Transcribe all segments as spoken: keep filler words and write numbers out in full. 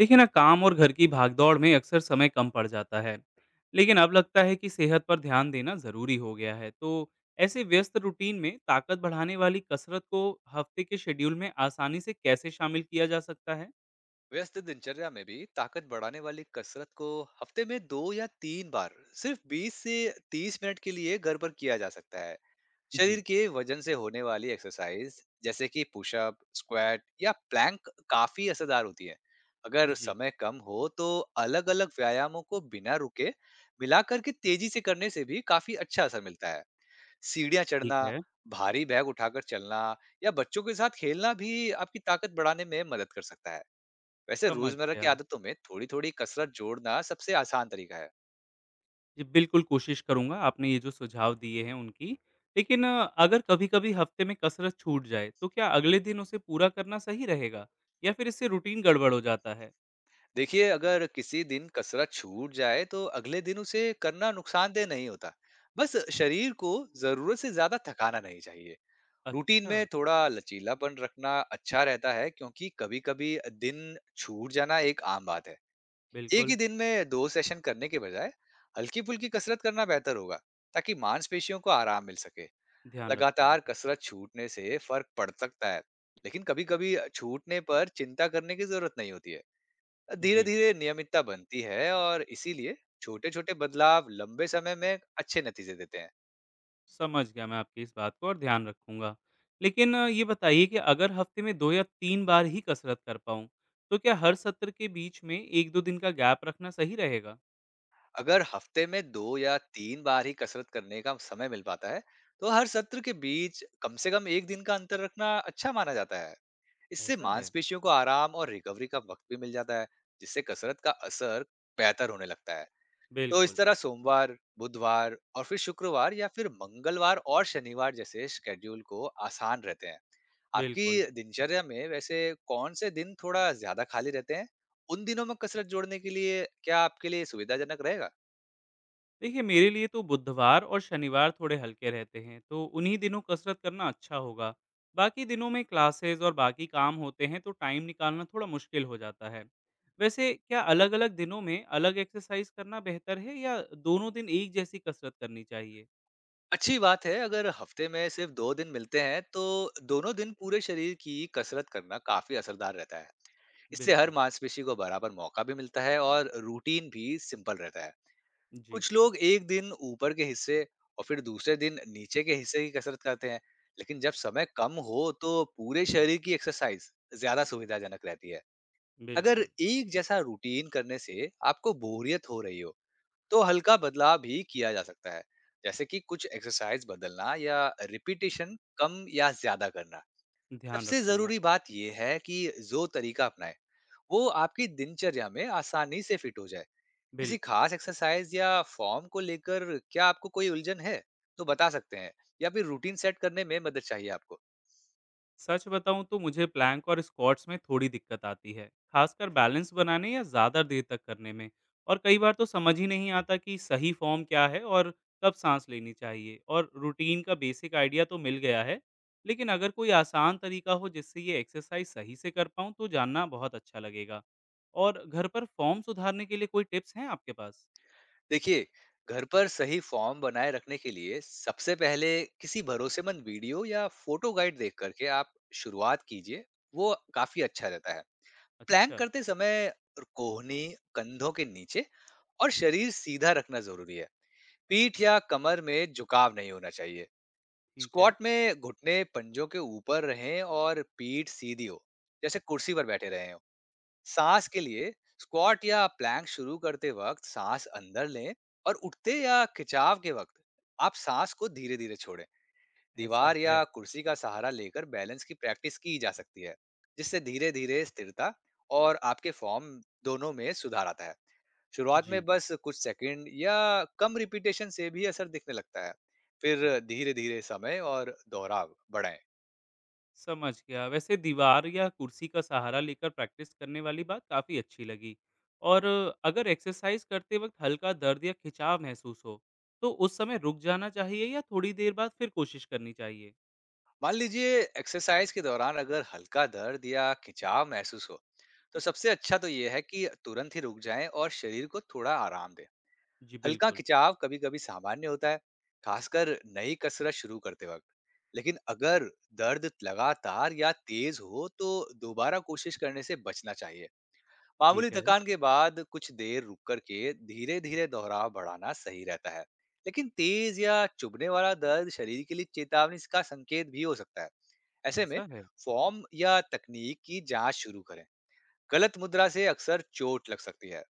देखिए ना काम और घर की भागदौड़ में अक्सर समय कम पड़ जाता है। लेकिन अब लगता है कि सेहत पर ध्यान देना ज़रूरी हो गया है तो ऐसे व्यस्त रूटीन में ताकत बढ़ाने वाली कसरत को हफ्ते के शेड्यूल में आसानी से कैसे शामिल किया जा सकता है? व्यस्त दिनचर्या में भी ताकत बढ़ाने वाली कसरत को हफ्ते में दो या तीन बार सिर्फ बीस से तीस मिनट के लिए घर पर किया जा सकता है। शरीर जी। के वजन से होने वाली एक्सरसाइज जैसे कि पुशअप स्क्वाट या प्लैंक काफी असरदार होती है। अगर जी। समय कम हो तो अलग अलग व्यायामों को बिना रुके मिलाकर के तेजी से करने से भी काफी अच्छा असर मिलता है। सीढ़ियाँ ठीक चढ़ना, है। भारी बैग उठाकर चलना या बच्चों के साथ खेलना भी आपकी ताकत बढ़ाने में मदद कर सकता है। वैसे समझ रोजमर्रा की गया। आदतों में थोड़ी-थोड़ी कसरत जोड़ना सबसे आसान तरीका है। जी बिल्कुल कोशिश करूंगा आपने ये जो सुझाव दिए हैं उनकी। लेकिन अ, अगर कभी कभी हफ्ते में कसरत छूट जाए तो क्या अगले दिन उसे पूरा करना सही रहेगा या फिर इससे रूटीन गड़बड़ हो जाता है? देखिए, अगर किसी दिन कसरत छूट जाए तो अगले दिन उसे करना नुकसानदेह नहीं होता। बस शरीर को ज़रूरत से ज़्यादा थकाना नहीं चाहिए। रूटीन अच्छा। में थोड़ा लचीलापन रखना अच्छा रहता है क्योंकि कभी-कभी दिन छूट जाना एक आम बात है। एक ही बिल्कुल। दिन में दो सेशन करने के बजाय हल्की-फुल्की कसरत करना बेहतर होगा ताकि मांसपेशियों को आराम मिल सके। ध्यान रखूँगा। लगातार कसरत छूटने से फर्क पड़ सकता है, लेकिन कभी कभी छूटने पर चिंता करने की जरूरत नहीं होती है। धीरे जी। धीरे नियमितता बनती है और इसीलिए छोटे छोटे बदलाव लंबे समय में अच्छे नतीजे देते हैं। समझ गया मैं आपकी इस बात को और ध्यान रखूँगा। लेकिन अ, ये बताइए कि अगर हफ़्ते में दो या तीन बार ही कसरत कर पाऊँ, तो क्या हर सत्र के बीच में एक दो दिन का गैप रखना सही रहेगा? अगर हफ्ते में दो या तीन बार ही कसरत करने का समय मिल पाता है तो हर सत्र के बीच कम से कम एक दिन का अंतर रखना अच्छा माना जाता है। इससे ऐसा है। मांसपेशियों को आराम और रिकवरी का वक्त भी मिल जाता है, जिससे कसरत का असर बेहतर होने लगता है। तो इस बिल्कुल। तरह सोमवार, बुधवार और फिर शुक्रवार या फिर मंगलवार और शनिवार जैसे शेड्यूल को आसान रहते हैं। आपकी बिल्कुल। दिनचर्या में वैसे कौन से दिन थोड़ा ज्यादा खाली रहते हैं, उन दिनों में कसरत जोड़ने के लिए क्या आपके लिए सुविधाजनक रहेगा? देखिए मेरे लिए तो बुधवार और शनिवार थोड़े हल्के रहते हैं तो उन्हीं दिनों कसरत करना अच्छा होगा। बाकी दिनों में क्लासेस और बाकी काम होते हैं तो टाइम निकालना थोड़ा मुश्किल हो जाता है। वैसे क्या अलग अलग दिनों में अलग एक्सरसाइज करना बेहतर है या दोनों दिन एक जैसी कसरत करनी चाहिए? अच्छी बात है। अगर हफ्ते में सिर्फ दो दिन मिलते हैं तो दोनों दिन पूरे शरीर की कसरत करना काफी असरदार रहता है। इससे हर बिल्कुल। मांसपेशी को बराबर मौका भी मिलता है और रूटीन भी सिंपल रहता है। जी। कुछ लोग एक दिन ऊपर के हिस्से और फिर दूसरे दिन नीचे के हिस्से की कसरत करते हैं, लेकिन जब समय कम हो तो पूरे शरीर की एक्सरसाइज ज्यादा सुविधाजनक रहती है। अगर बिल्कुल। एक जैसा रूटीन करने से आपको बोरियत हो रही हो तो हल्का बदलाव भी किया जा सकता है, जैसे कि कुछ एक्सरसाइज बदलना या रिपीटेशन कम या ज्यादा करना। ध्यान सबसे रखूंगा। जरूरी बात यह है कि जो तरीका अपनाएं वो आपकी दिनचर्या में आसानी से फिट हो जाए। किसी बिल्कुल। खास एक्सरसाइज या फॉर्म को लेकर क्या आपको कोई उलझन है तो बता सकते हैं, या फिर रूटीन सेट करने में मदद चाहिए आपको? सच बताऊं तो मुझे प्लैंक और स्क्वाट्स में थोड़ी दिक्कत आती है, खासकर बैलेंस बनाने या ज़्यादा देर तक करने में। और कई बार तो समझ ही नहीं आता कि सही फॉर्म क्या है और कब सांस लेनी चाहिए, और रूटीन का बेसिक आइडिया तो मिल गया है। लेकिन अगर कोई आसान तरीका हो जिससे ये एक्सरसाइज सही से कर पाऊँ तो जानना बहुत अच्छा लगेगा। और घर पर फॉर्म सुधारने के लिए कोई टिप्स हैं आपके पास? देखिए, घर पर सही फॉर्म बनाए रखने के लिए सबसे पहले किसी भरोसेमंद वीडियो या फोटो गाइड देख करके आप शुरुआत कीजिए, वो काफी अच्छा रहता है। प्लैंक अच्छा। करते समय कोहनी कंधों के नीचे और शरीर सीधा रखना जरूरी है। पीठ या कमर में झुकाव नहीं होना चाहिए। ठीक है। स्क्वाट में घुटने पंजों के ऊपर रहें और पीठ सीधी हो, जैसे कुर्सी पर बैठे रहे हो। सांस के लिए स्क्वाट या प्लैंक शुरू करते वक्त सांस अंदर लें और उठते या खिंचाव के वक्त आप सांस को धीरे धीरे छोड़ें। ऐसा दीवार है। या कुर्सी का सहारा लेकर बैलेंस की प्रैक्टिस की जा सकती है, जिससे धीरे धीरे स्थिरता और आपके फॉर्म दोनों में सुधार आता है। शुरुआत में जी। बस कुछ सेकंड या कम रिपीटेशन से भी असर दिखने लगता है। फिर धीरे धीरे समय और दोहराव बढ़ाएं। समझ गया, वैसे दीवार या कुर्सी का सहारा लेकर प्रैक्टिस करने वाली बात काफ़ी अच्छी लगी। और अगर एक्सरसाइज करते वक्त हल्का दर्द या खिंचाव महसूस हो तो उस समय रुक जाना चाहिए या थोड़ी देर बाद फिर कोशिश करनी चाहिए? मान लीजिए एक्सरसाइज के दौरान अगर हल्का दर्द या खिंचाव महसूस हो, तो सबसे अच्छा तो यह है कि तुरंत ही रुक जाएं और शरीर को थोड़ा आराम दें। जी हल्का बिल्कुल। खिंचाव कभी कभी सामान्य होता है, खासकर नई कसरत शुरू करते वक्त। लेकिन अगर दर्द लगातार या तेज हो तो दोबारा कोशिश करने से बचना चाहिए। मामूली ठीक है। थकान के बाद कुछ देर रुक करके धीरे धीरे दोहराव बढ़ाना सही रहता है। लेकिन तेज या चुभने वाला दर्द शरीर के लिए चेतावनी का संकेत भी हो सकता है। ऐसे में ऐसा है। फॉर्म या तकनीक की जांच शुरू करें। गलत मुद्रा से अक्सर चोट लग सकती है।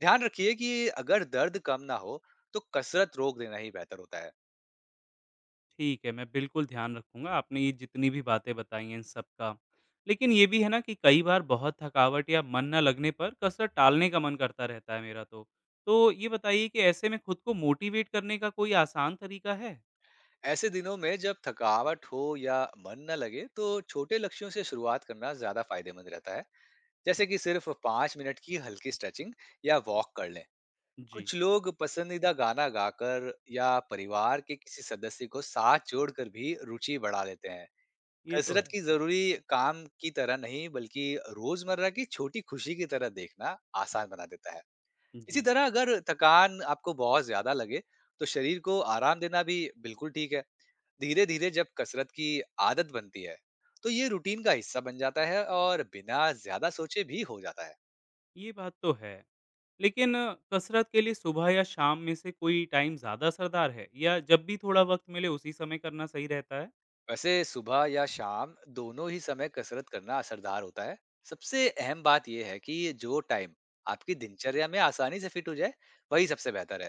ध्यान रखिए कि अगर दर्द कम ना हो तो कसरत रोक देना ही बेहतर होता है। ठीक है, मैं बिल्कुल ध्यान रखूँगा, आपने ये जितनी भी बातें बताई हैं इन सब का। लेकिन ये भी है ना कि कई बार बहुत थकावट या मन ना लगने पर कसरत टालने का मन करता रहता है मेरा तो। तो ये बताइए कि ऐसे में खुद को मोटिवेट करने का कोई आसान तरीका है? ऐसे दिनों में जब थकावट हो या मन न लगे तो छोटे लक्ष्यों से शुरुआत करना ज्यादा फायदेमंद रहता है, जैसे कि सिर्फ पाँच मिनट की हल्की स्ट्रेचिंग या वॉक कर लें। जी, कुछ लोग पसंदीदा गाना गाकर या परिवार के किसी सदस्य को साथ जोड़कर भी रुचि बढ़ा लेते हैं। ये तो कसरत है। की जरूरी काम की तरह नहीं बल्कि रोजमर्रा की छोटी खुशी की तरह देखना आसान बना देता है। इसी जी, तरह अगर थकान आपको बहुत ज्यादा लगे तो शरीर को आराम देना भी बिल्कुल ठीक है। धीरे धीरे जब कसरत की आदत बनती है तो ये रूटीन का हिस्सा बन जाता है और बिना ज्यादा सोचे भी हो जाता है। ये बात तो है। लेकिन अ, कसरत के लिए सुबह या शाम में से कोई टाइम ज़्यादा असरदार है या जब भी थोड़ा वक़्त मिले उसी समय करना सही रहता है? वैसे सुबह या शाम दोनों ही समय कसरत करना असरदार होता है। सबसे अहम बात यह है कि जो टाइम आपकी दिनचर्या में आसानी से फिट हो जाए वही सबसे बेहतर है।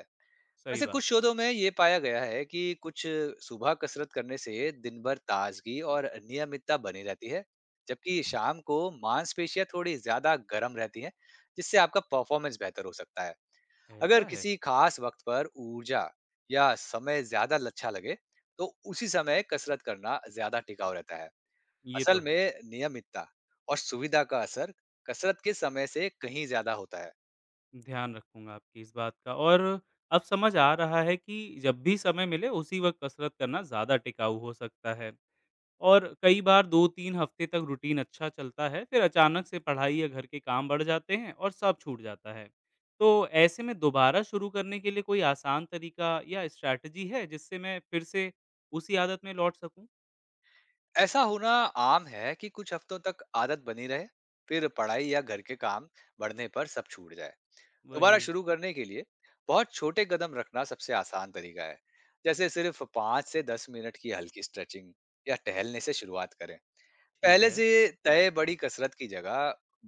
सही वैसे बात। कुछ शोधों में ये पाया गया है कि कुछ सुबह कसरत करने से दिन भर ताजगी और नियमितता बनी रहती है, जबकि शाम को मांसपेशियां थोड़ी ज्यादा गर्म रहती हैं, जिससे आपका परफॉर्मेंस बेहतर हो सकता है। अगर ऐसा है? किसी खास वक्त पर ऊर्जा या समय ज्यादा अच्छा लगे तो उसी समय कसरत करना ज्यादा टिकाऊ रहता है। ये तो असल है। में नियमितता और सुविधा का असर कसरत के समय से कहीं ज्यादा होता है। ध्यान रखूँगा आपकी इस बात का, और अब समझ आ रहा है कि जब भी समय मिले उसी वक़्त कसरत करना ज़्यादा टिकाऊ हो सकता है। और कई बार दो तीन हफ़्ते तक रूटीन अच्छा चलता है, फिर अचानक से पढ़ाई या घर के काम बढ़ जाते हैं और सब छूट जाता है। तो ऐसे में दोबारा शुरू करने के लिए कोई आसान तरीका या स्ट्रैटेजी है जिससे मैं फिर से उसी आदत में लौट सकूँ? ऐसा होना आम है कि कुछ हफ्तों तक आदत बनी रहे फिर पढ़ाई या घर के काम बढ़ने पर सब छूट जाए। दोबारा वही। शुरू करने के लिए बहुत छोटे कदम रखना सबसे आसान तरीका है, जैसे सिर्फ पाँच से दस मिनट की हल्की स्ट्रेचिंग या टहलने से शुरुआत करें। ठीक पहले है। से तय बड़ी कसरत की जगह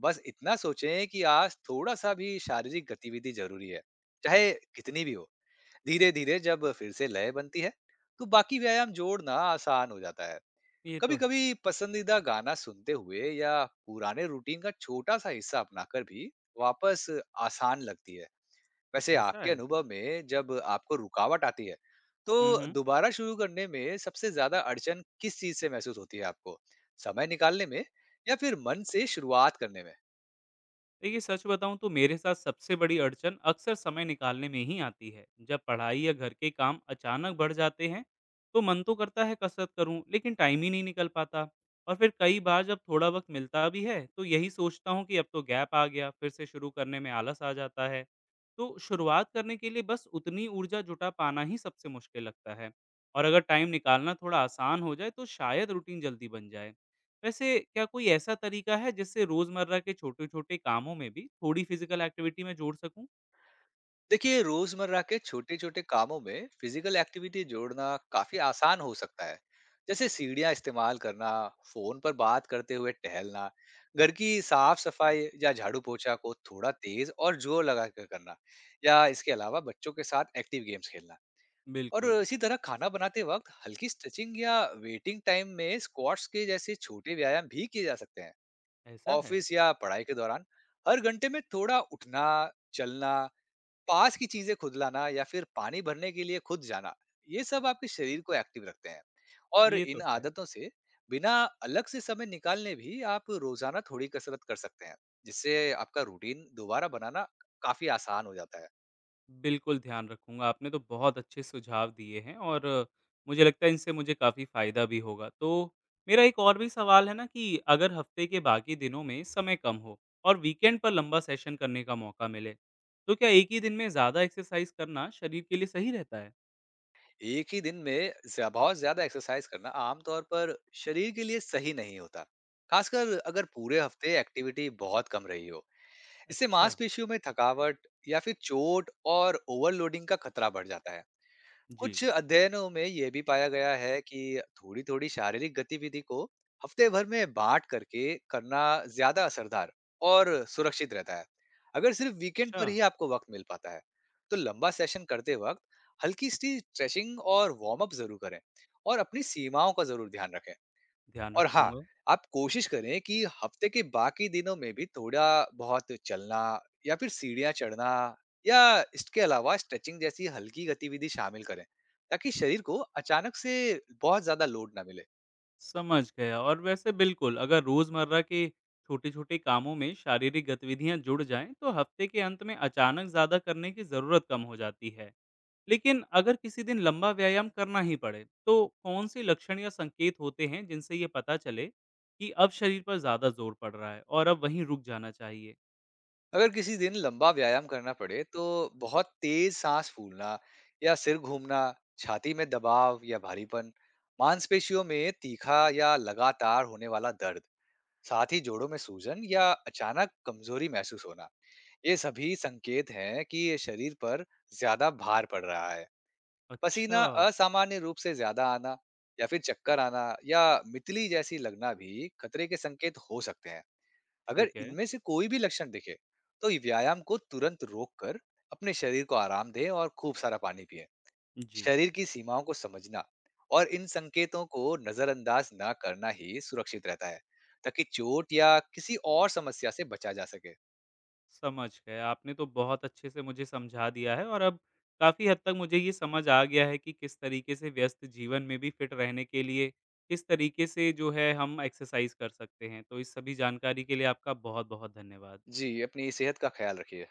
बस इतना सोचें कि आज थोड़ा सा भी शारीरिक गतिविधि जरूरी है, चाहे कितनी भी हो। धीरे धीरे जब फिर से लय बनती है तो बाकी व्यायाम जोड़ना आसान हो जाता है। ये तो कभी है। कभी पसंदीदा गाना सुनते हुए या पुराने रूटीन का छोटा सा हिस्सा अपनाकर भी वापस आसान लगती है। वैसे ऐसा आपके है? अनुभव में जब आपको रुकावट आती है, हुँ, तो हुँ। दोबारा शुरू करने में सबसे ज़्यादा अड़चन किस चीज़ से महसूस होती है आपको? समय निकालने में या फिर मन से शुरुआत करने में? देखिए, सच बताऊं तो मेरे साथ सबसे बड़ी अड़चन अक्सर समय निकालने में ही आती है, जब पढ़ाई या घर के काम अचानक बढ़ जाते हैं तो मन तो करता है कसरत करूं, लेकिन टाइम ही नहीं निकल पाता। और फिर कई बार जब थोड़ा वक्त मिलता भी है तो यही सोचता हूं कि अब तो गैप आ गया, फिर से शुरू करने में आलस आ जाता है। तो शुरुआत करने के लिए बस उतनी ऊर्जा जुटा पाना ही सबसे मुश्किल लगता है। और अगर टाइम निकालना थोड़ा आसान हो जाए तो शायद रूटीन जल्दी बन जाए। वैसे क्या कोई ऐसा तरीका है जिससे रोजमर्रा के छोटे-छोटे कामों में भी थोड़ी फिजिकल एक्टिविटी में जोड़ सकूं? देखिए, रोज़मर्रा के छोटे-छोटे कामों में फिज़िकल एक्टिविटी जोड़ना काफ़ी आसान हो सकता है। जैसे सीढ़ियाँ इस्तेमाल करना, फ़ोन पर बात करते हुए टहलना, घर की साफ-सफाई या झाड़ू-पोंछा को थोड़ा तेज़ और जोर लगा कर करना, या इसके अलावा बच्चों के साथ एक्टिव गेम्स खेलना। और बिल्कुल। इसी तरह खाना बनाते वक्त हल्की स्ट्रेचिंग या वेटिंग टाइम में स्क्वाट्स के जैसे छोटे व्यायाम भी किए जा सकते हैं। ऐसा है? ऑफिस या पढ़ाई के दौरान हर घंटे में थोड़ा उठना, चलना, पास की चीजें खुद लाना या फिर पानी भरने के लिए खुद जाना, ये सब आपके शरीर को एक्टिव रखते हैं। और ये इन तो है। आदतों से बिना अलग से समय निकालने भी आप रोजाना थोड़ी कसरत कर सकते हैं, जिससे आपका रूटीन दोबारा बनाना काफी आसान हो जाता है। बिल्कुल ध्यान रखूंगा, आपने तो बहुत अच्छे सुझाव दिए हैं, और अ, मुझे लगता है इनसे मुझे काफ़ी फ़ायदा भी होगा। तो मेरा एक और भी सवाल है ना कि अगर हफ्ते के बाकी दिनों में समय कम हो और वीकेंड पर लंबा सेशन करने का मौका मिले तो क्या एक ही दिन में ज़्यादा एक्सरसाइज करना शरीर के लिए सही रहता है? एक ही दिन में ज्या- बहुत ज्यादा एक्सरसाइज करना आमतौर पर शरीर के लिए सही नहीं होता, खासकर अगर पूरे हफ्ते एक्टिविटी बहुत कम रही हो। इससे अच्छा। मांसपेशियों में थकावट या फिर चोट और ओवरलोडिंग का खतरा बढ़ जाता है। जी। कुछ अध्ययनों में ये भी पाया गया है कि थोड़ी-थोड़ी शारीरिक गतिविधि को हफ्ते भर में बाँट करके करना ज़्यादा असरदार और सुरक्षित रहता है। अगर सिर्फ वीकेंड अच्छा। पर ही आपको वक़्त मिल पाता है, तो लंबा सेशन करते वक़्त हल्की-सी स्ट्रेचिंग और वार्म अप ज़रूर करें और अपनी सीमाओं का ज़रूर ध्यान रखें। ध्यान और हाँ, रखूंगा। आप कोशिश करें कि हफ्ते के बाकी दिनों में भी थोड़ा-बहुत चलना या फिर सीढ़ियाँ चढ़ना या इसके अलावा स्ट्रेचिंग जैसी हल्की गतिविधि शामिल करें, ताकि शरीर को अचानक से बहुत ज़्यादा लोड ना मिले। समझ गया, और वैसे बिल्कुल अगर रोजमर्रा के छोटे-छोटे कामों में शारीरिक गतिविधियां जुड़ जाएं तो हफ्ते के अंत में अचानक ज्यादा करने की जरूरत कम हो जाती है। लेकिन अगर किसी दिन लंबा व्यायाम करना ही पड़े तो कौन से लक्षण या संकेत होते हैं जिनसे ये पता चले कि अब शरीर पर ज्यादा जोर पड़ रहा है और अब वहीं रुक जाना चाहिए? अगर किसी दिन लंबा व्यायाम करना पड़े, तो बहुत तेज़ साँस फूलना या सिर घूमना, छाती में दबाव या भारीपन, मांसपेशियों में तीखा या लगातार होने वाला दर्द, साथ ही जोड़ों में सूजन या अचानक कमज़ोरी महसूस होना। ये सभी संकेत हैं कि ये शरीर पर ज्यादा भार पड़ रहा है। पसीना अच्छा। असामान्य रूप से ज्यादा आना या फिर चक्कर आना या मितली जैसी लगना भी खतरे के संकेत हो सकते हैं। अगर ठीक है। इनमें से कोई भी लक्षण दिखे तो ये व्यायाम को तुरंत रोक कर अपने शरीर को आराम दें और खूब सारा पानी पिए। जी। शरीर की सीमाओं को समझना और इन संकेतों को नजरअंदाज ना करना ही सुरक्षित रहता है, ताकि चोट या किसी और समस्या से बचा जा सके। समझ गए। आपने तो बहुत अच्छे से मुझे समझा दिया है, और अब काफ़ी हद तक मुझे ये समझ आ गया है कि किस तरीके से व्यस्त जीवन में भी फिट रहने के लिए, किस तरीके से जो है हम एक्सरसाइज़ कर सकते हैं। तो इस सभी जानकारी के लिए आपका बहुत-बहुत धन्यवाद। जी, अपनी सेहत का ख्याल रखिए।